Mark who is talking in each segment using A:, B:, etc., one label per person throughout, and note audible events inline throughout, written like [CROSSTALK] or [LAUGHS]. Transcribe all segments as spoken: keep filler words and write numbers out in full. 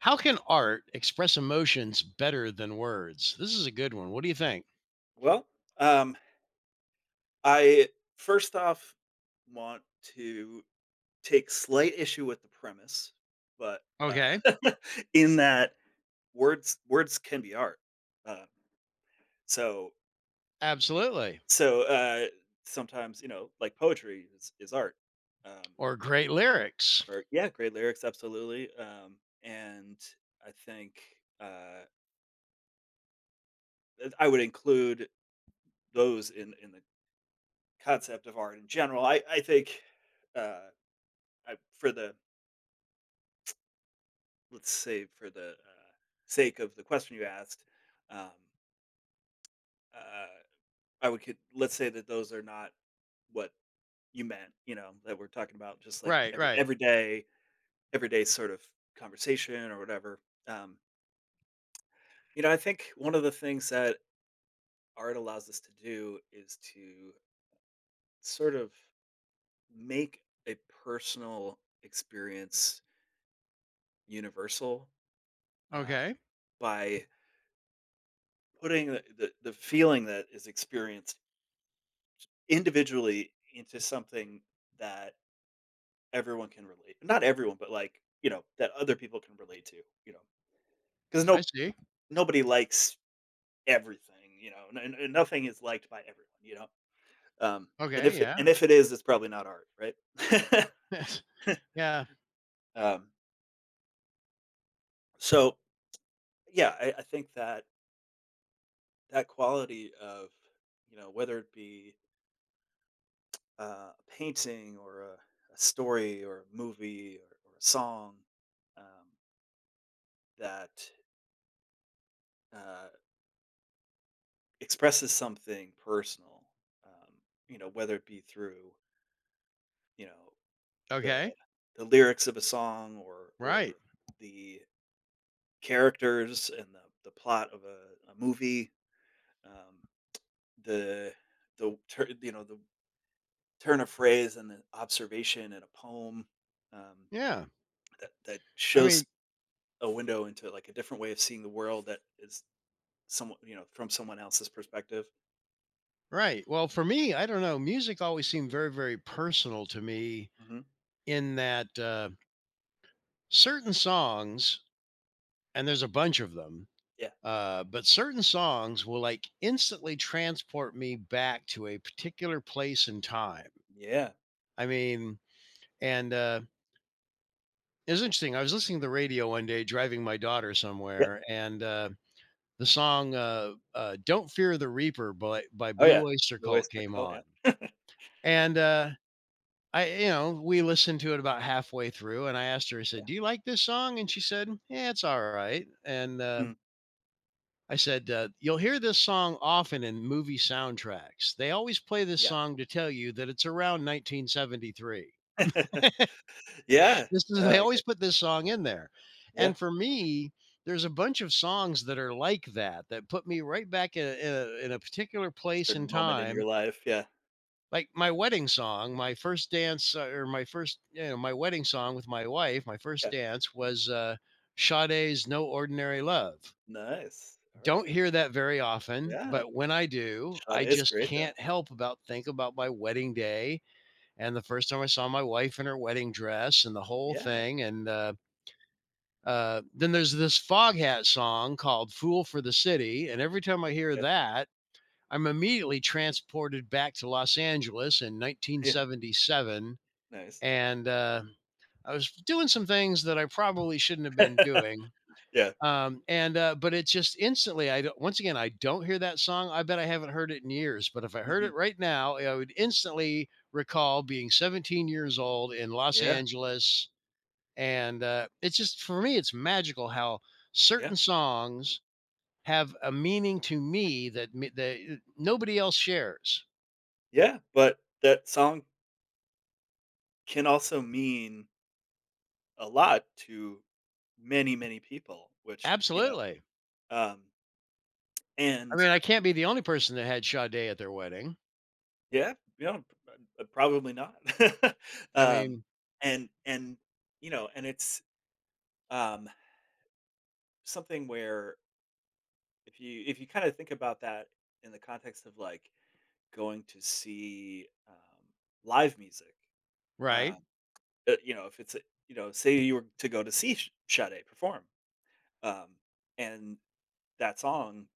A: How can art express emotions better than words? This is a good one. What do you think?
B: Well, um, I first off want to take slight issue with the premise, but uh,
A: Okay.
B: [LAUGHS] in that words words can be art. Uh, so
A: Absolutely.
B: so uh, Sometimes you know like poetry is, is art. Um,
A: Or great lyrics.
B: or yeah, great lyrics, absolutely. Um, and I think uh, I would include those in in the concept of art in general. I I think uh, I, for the let's say for the uh, sake of the question you asked, um, uh, I would could, let's say that those are not what you meant. You know that we're talking about just like
A: Right,
B: every
A: right.
B: everyday everyday sort of conversation or whatever. Um, you know, I think one of the things that art allows us to do is to sort of make a personal experience universal, uh,
A: Okay.
B: by putting the, the, the feeling that is experienced individually into something that everyone can relate, not everyone but like you know that other people can relate to you know because
A: I
B: no n-
A: see.
B: nobody likes everything, you know, and, and and nothing is liked by everyone, you know um and
A: Okay.
B: if it, and
A: Yeah.
B: if it is, it's probably not art, right?
A: [LAUGHS] Yeah.
B: [LAUGHS] um so yeah, I, I think that that quality of, you know, whether it be uh, a painting or a, a story or a movie or, or a song, um, that uh, expresses something personal, um, you know, whether it be through, you know, the
A: Okay.
B: the lyrics of a song, or
A: Right.
B: or the characters and the, the plot of a, a movie, um, the the tur- you know the turn of phrase and the observation in a poem, um,
A: Yeah.
B: that that
A: I
B: shows
A: mean,
B: a window into like a different way of seeing the world that is someone, you know, from someone else's perspective.
A: right. Well, for me, I don't know. Music always seemed very, very personal to me
B: Hmm.
A: in that uh, certain songs, and there's a bunch of them. Uh, but certain songs will like instantly transport me back to a particular place and time.
B: Yeah,
A: I mean, and uh, it was interesting. I was listening to the radio one day driving my daughter
B: yeah.
A: somewhere, and uh, the song uh, uh, "Don't Fear the Reaper" by by
B: Oh,
A: Blue
B: yeah.
A: Oyster
B: The
A: Cult
B: oyster
A: came
B: cult,
A: on,
B: yeah. [LAUGHS]
A: and uh, I, you know, we listened to it about halfway through, and I asked her. I
B: Yeah.
A: said, "Do you like this song?" And she said, "Yeah, it's all right." And uh,
B: Mm,
A: I said, uh, you'll hear this song often in movie soundtracks. They always play this
B: yeah.
A: song to tell you that it's around nineteen seventy-three.
B: [LAUGHS]
A: [LAUGHS]
B: Yeah.
A: This is,
B: No,
A: they
B: I get
A: always put this song in there.
B: yeah,
A: And for me, there's a bunch of songs that are like that, that put me right back in a, in a, in a particular place
B: certain
A: and
B: moment in your
A: time.
B: life, yeah,
A: Like my wedding song, my first dance, uh, or my first, you know, my wedding song with my wife, my first
B: yeah.
A: dance was uh, Sade's No Ordinary Love.
B: Nice.
A: Don't
B: Alright.
A: hear that very often,
B: Yeah.
A: but when I do,
B: Shot
A: I
B: is
A: just
B: great, though.
A: can't help about think about my wedding day and the first time I saw my wife in her wedding dress and the whole
B: Yeah,
A: thing, and uh, uh, then there's this Foghat song called "Fool for the City," and every time I hear
B: yeah,
A: that, I'm immediately transported back to Los Angeles in
B: yeah,
A: nineteen seventy-seven,
B: nice.
A: and uh, I was doing some things that I probably shouldn't have been
B: [LAUGHS]
A: doing.
B: Yeah.
A: Um, and, uh, but it's just instantly, I don't, once again, I don't hear that song. I bet I haven't heard it in years, but if I heard
B: Mhm.
A: it right now, I would instantly recall being seventeen years old in Los
B: Yeah,
A: Angeles. And, uh, it's just, for me, it's magical how
B: yeah,
A: certain songs have a meaning to me that, me- that nobody else shares.
B: yeah, but that song can also mean a lot to many, many people, which, you know,
A: Absolutely.
B: um,
A: I
B: and
A: mean, I can't be the only person that had Sade at their wedding.
B: Yeah, yeah, p uh, probably not. [LAUGHS]
A: I
B: Um,
A: mean,
B: and and, you know, and it's, um, something where if you if you kinda think about that in the context of, like, going to see, um, live music,
A: right,
B: uh, uh, you know, if it's a, you know, say you were to go to see Sh Sade perform, um, and that song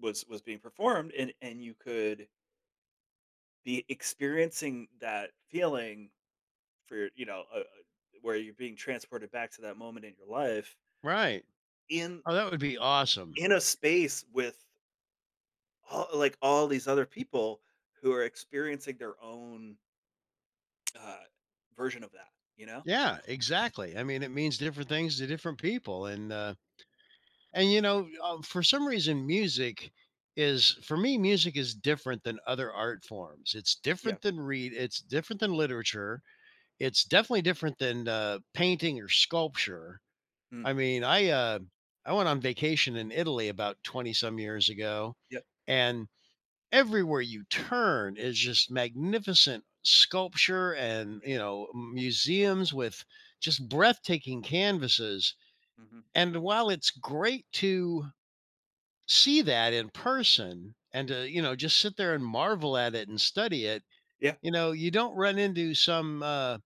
B: was was being performed, and and you could be experiencing that feeling for your you know, uh, uh, where you're being transported back to that moment in your life
A: right.
B: in
A: Oh, that would be awesome.
B: in a space with all, like all these other people who are experiencing their own uh, version of that. You know?
A: Yeah, exactly. I mean, it means different things to different people, and uh, and you know, uh, for some reason, music is for me, music is different than other art forms. It's
B: Yeah.
A: different than read. It's different than literature. It's definitely different than uh, painting or sculpture.
B: Mm.
A: I mean, I uh, I went on vacation in Italy about twenty some years ago,
B: Yeah.
A: and everywhere you turn is just magnificent sculpture, and
B: Yeah.
A: you know museums with just breathtaking canvases.
B: Hmm.
A: And while it's great to see that in person and to you know just sit there and marvel at it and study it,
B: Yeah.
A: you know you don't run into some uh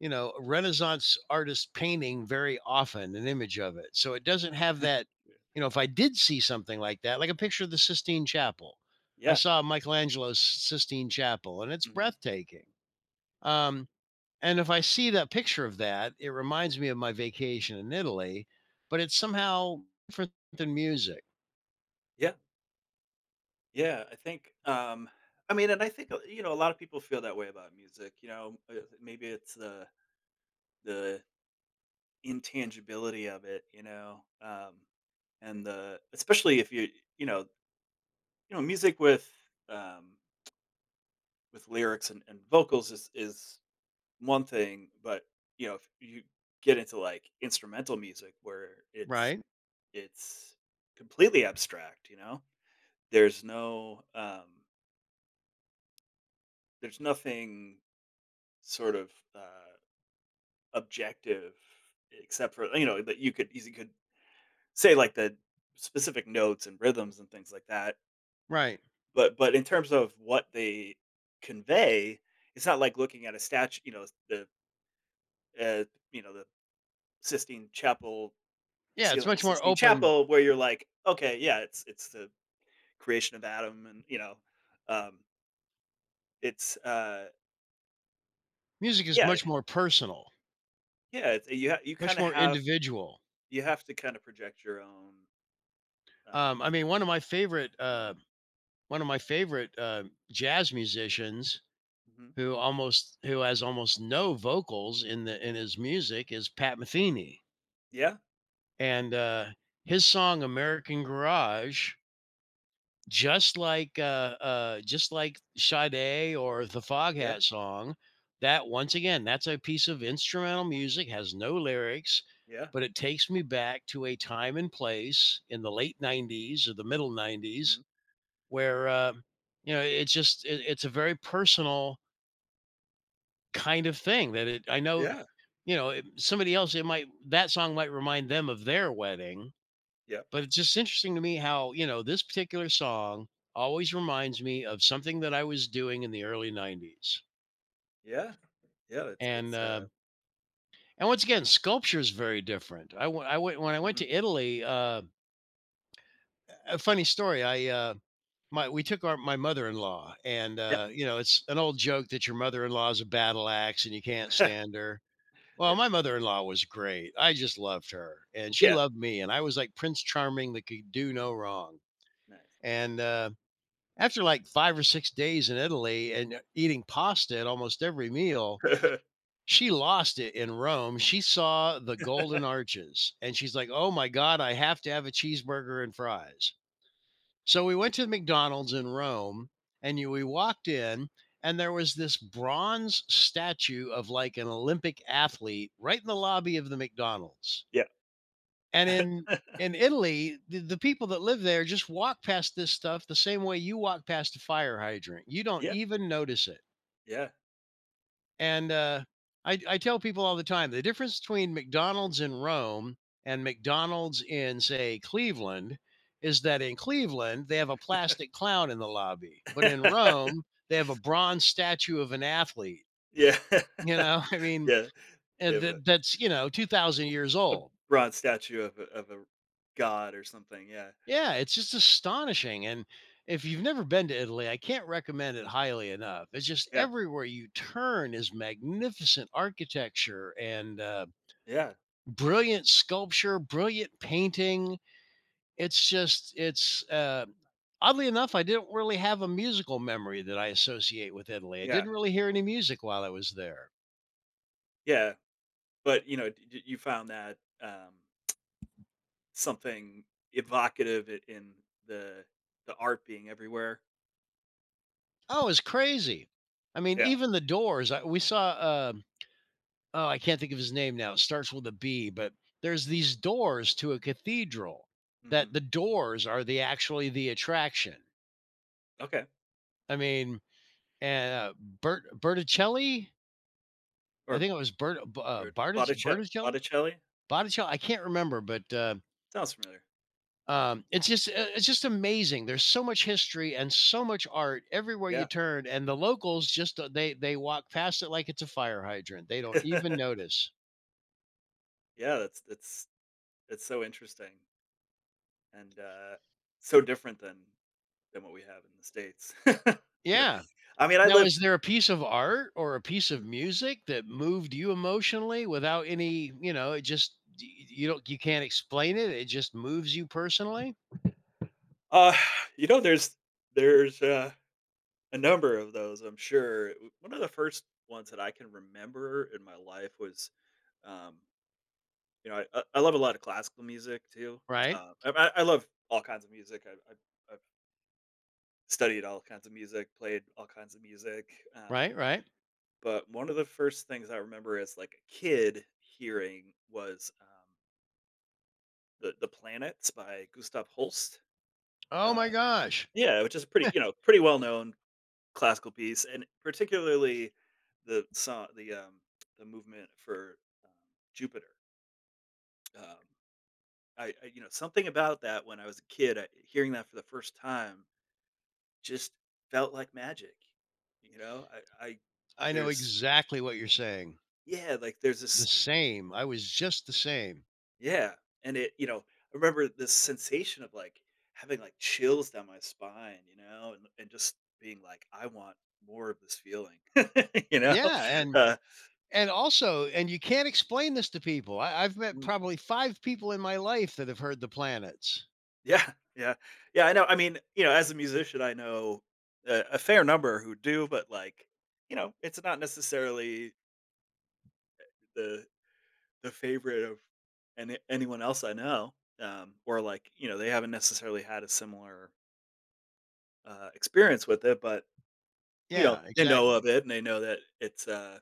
A: you know, a Renaissance artist painting very often, an image of it. So it doesn't have
B: [LAUGHS]
A: that. You know, if I did see something like that, like a picture of the Sistine Chapel, I
B: Yeah.
A: saw Michelangelo's Sistine Chapel and it's
B: Hmm.
A: breathtaking. Um, and if I see that picture of that, it reminds me of my vacation in Italy, but it's somehow different than music,
B: Yeah. Yeah. I think. Um, I mean, and I think uh, you know a lot of people feel that way about music. You know, uh, maybe it's the the intangibility of it. You know, um, and the especially if you, you know, you know music with um with lyrics and, and vocals is is one thing, but you know if you get into like instrumental music where it's
A: right?
B: it's completely abstract, you know there's no um there's nothing sort of uh objective, except for you know that you could you could say like the specific notes and rhythms and things like that.
A: Right.
B: But but in terms of what they convey, it's not like looking at a statue, you know, the, uh, you know, the Sistine Chapel, the
A: Yeah, it's
B: ceiling of
A: much more
B: Sistine
A: open.
B: Chapel, where you're like, okay, yeah, it's it's the creation of Adam, and you know, um, it's uh,
A: Music is
B: yeah,
A: much more personal,
B: yeah, it's, you ha- you kind
A: much
B: of
A: more
B: have,
A: individual.
B: you have to kind of project your own, um,
A: Um, I mean, one of my favorite
B: like,
A: uh, one of my favorite uh, jazz musicians,
B: mhm.
A: who almost who has almost no vocals in the in his music, is Pat Metheny,
B: Yeah,
A: and uh, his song "American Garage," just like uh, uh, just like Sade or the
B: yeah,
A: Foghat song, that, once again, that's a piece of instrumental music, has no lyrics.
B: yeah,
A: But it takes me back to a time and place in the late nineties or the middle nineties
B: hmm,
A: where uh, you know it's just it, it's a very personal kind of thing, that it I know,
B: yeah,
A: you know it, somebody else, it might that song might remind them of their wedding.
B: yeah,
A: But it's just interesting to me how you know this particular song always reminds me of something that I was doing in the early nineties.
B: yeah, yeah. It's
A: and
B: it's
A: uh,
B: uh,
A: and once again, sculpture is very different. I went went When I went to
B: mhm.
A: Italy, uh, a funny story. I uh, my We took our my mother-in-law, and
B: Yeah,
A: uh, you know, it's an old joke that your mother-in-law is a battle axe and you can't
B: [LAUGHS]
A: stand her. Well,
B: yeah,
A: my mother-in-law was great. I just loved her and she
B: yeah.
A: loved me and I was like Prince Charming that could do no wrong.
B: Nice.
A: And, uh, after like five or six days in Italy and uh, eating pasta at almost every meal,
B: [LAUGHS]
A: she lost it in Rome. She saw the Golden Arches and she's like, "Oh my god, I have to have a cheeseburger and fries." So we went to the McDonald's in Rome, and you, we walked in, and there was this bronze statue of like an Olympic athlete right in the lobby of the McDonald's.
B: Yeah,
A: And in in Italy, the, the people that live there just walk past this stuff the same way you walk past a fire hydrant. You don't
B: yeah,
A: even notice it.
B: yeah.
A: And uh, I, I tell people all the time, the difference between McDonald's in Rome and McDonald's in, say, Cleveland is that in Cleveland, they have a plastic clown in the lobby, but in
B: [LAUGHS]
A: Rome, they have a bronze statue of an athlete.
B: Yeah,
A: You know, [LAUGHS] I
B: [LAUGHS]
A: mean,
B: yeah. They
A: and
B: have a
A: that, that's, you know, two thousand years
B: a
A: old.
B: bronze statue of a of a god or something, yeah.
A: Yeah, it's just astonishing. And if you've never been to Italy, I can't recommend it highly enough. It's just
B: Yeah,
A: everywhere you turn is magnificent architecture and, uh,
B: yeah,
A: brilliant sculpture, brilliant painting. It's just it's uh, oddly enough, I didn't really have a musical memory that I associate with Italy. I
B: yeah,
A: didn't really hear any music while I was there.
B: yeah, but, you know, d d you found that, um, something evocative I in the the art being everywhere?
A: Oh, it's crazy. I mean,
B: Yeah,
A: even the Doors. I, we saw. Uh, oh, I can't think of his name now. It starts with a B, but there's these doors to a cathedral.
B: mhm,
A: That the doors are the actually the attraction.
B: okay,
A: I mean, and uh, Bert Berticelli. I
B: or
A: think it was Bert uh,
B: or
A: Bartic,
B: Bottice
A: Berticelli.
B: Botticelli?
A: Botticelli, I can't remember, but, uh,
B: Sounds familiar.
A: um, it's just, uh, it's just amazing. There's so much history and so much art everywhere you
B: Yeah.
A: turn, and the locals just, uh, they they walk past it like it's a fire hydrant. They don't even
B: [LAUGHS]
A: notice.
B: Yeah, that's that's that's so interesting, and, uh, so different than than what we have in the States. [LAUGHS] You know?
A: Yeah.
B: I mean, I
A: Now
B: live
A: is there a piece of art or a piece of
B: Mhm.
A: music that moved you emotionally without any, you know, it just y you don't you can't explain it, it just moves you personally?
B: Uh, [SIGHS] you know, there's there's, uh, a number of those, I'm sure. One of the first ones that I can remember in my life was, um, you know, I I I love a lot of classical music too.
A: Right,
B: Uh, I I I love all kinds of music. I I've I've studied all kinds of music, played all kinds of music, um,
A: right, right.
B: but one of the first things I remember as, like, a kid hearing was, um, The The Planets by Gustav Holst.
A: Oh my
B: Uh,
A: gosh.
B: yeah, which is a pretty, you know,
A: [LAUGHS]
B: pretty well known classical piece, and particularly the song, the um, the movement for um, Jupiter. Um, I, I, you know, something about that when I was a kid, I, hearing that for the first time, just felt like magic. You know, I, I
A: I know
B: there's
A: exactly what you're saying.
B: yeah, like there's
A: The
B: this
A: same. I was just the same.
B: Yeah, and it you know, I remember this sensation of, like, having, like, chills down my spine, you know, and and just being like, "I want more of this feeling," [LAUGHS] you know?
A: Yeah, and
B: Uh,
A: and also, and you can't explain this to people. I I've met
B: mm,
A: probably five people in my life that have heard the planets.
B: yeah, yeah. Yeah, I know, I mean, you know, as a musician, I know a a fair number who do, but, like, you know, it's not necessarily the the favorite of any anyone else I know, um, or, like, you know, they haven't necessarily had a similar, uh, experience with it, but you know,
A: Yeah,
B: they know
A: exactly.
B: of it, and they know that it's, uh,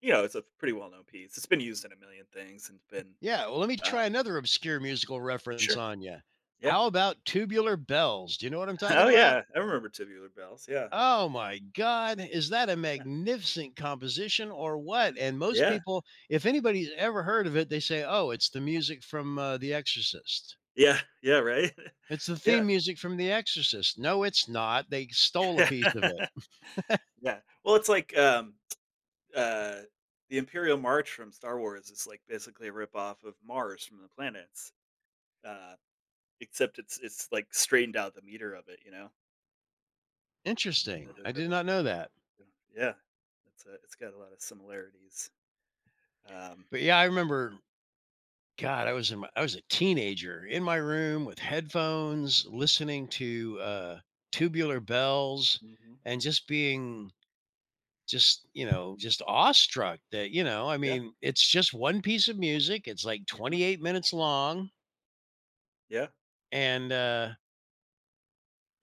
B: you know, it's a pretty well-known piece. It's been used in a million things and it's been,
A: Yeah, well, let me
B: uh
A: try another obscure musical reference
B: Sure.
A: on you.
B: Yeah.
A: How about Tubular Bells? Do you know what I'm
B: [LAUGHS] Oh,
A: talking about?
B: yeah. I remember Tubular Bells. Yeah.
A: Oh my god, is that a
B: Yeah.
A: magnificent composition or what? And most
B: Yeah.
A: people, if anybody's ever heard of it, they say, "Oh, it's the music from, uh, The Exorcist."
B: Yeah. Yeah, right? [LAUGHS]
A: It's the
B: Yeah.
A: theme music from The Exorcist. No, it's not. They stole a piece of it.
B: [LAUGHS] Yeah. Well, it's like, um, uh, the Imperial March from Star Wars is, like, basically a rip-off of Mars from the planets, uh, except it's it's, like, straightened out the meter of it, you know?
A: [LAUGHS]
B: Da-
A: Interesting.
B: da-
A: I
B: da-
A: did
B: da-
A: not know that.
B: da. Yeah. It's, uh, it's got a lot of similarities. Um
A: But yeah, I remember, God, I was in my I was a teenager in my room with headphones listening to uh Tubular Bells,
B: Mhm.
A: and just being just, you know, just awestruck that, you know, I
B: Yeah.
A: mean, it's just one piece of music. It's like
B: Mhm.
A: twenty-eight minutes long,
B: Yeah.
A: and uh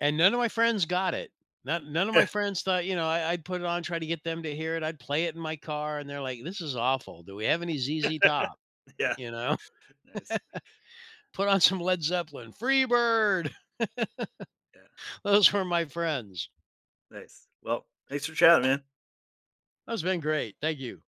A: and none of my friends got it. Not None of my friends thought, you know, I, I'd put it on, try to get them to hear it. I'd play it in my car, and they're like, "This is awful. Do we have any Z Z Top?
B: [LAUGHS] Yeah.
A: You know,
B: Nice.
A: [LAUGHS] put on some Led Zeppelin, Freebird."
B: Yeah.
A: [LAUGHS] Those were my friends.
B: Nice. Well, thanks for chatting, man.
A: That's been great. Thank you.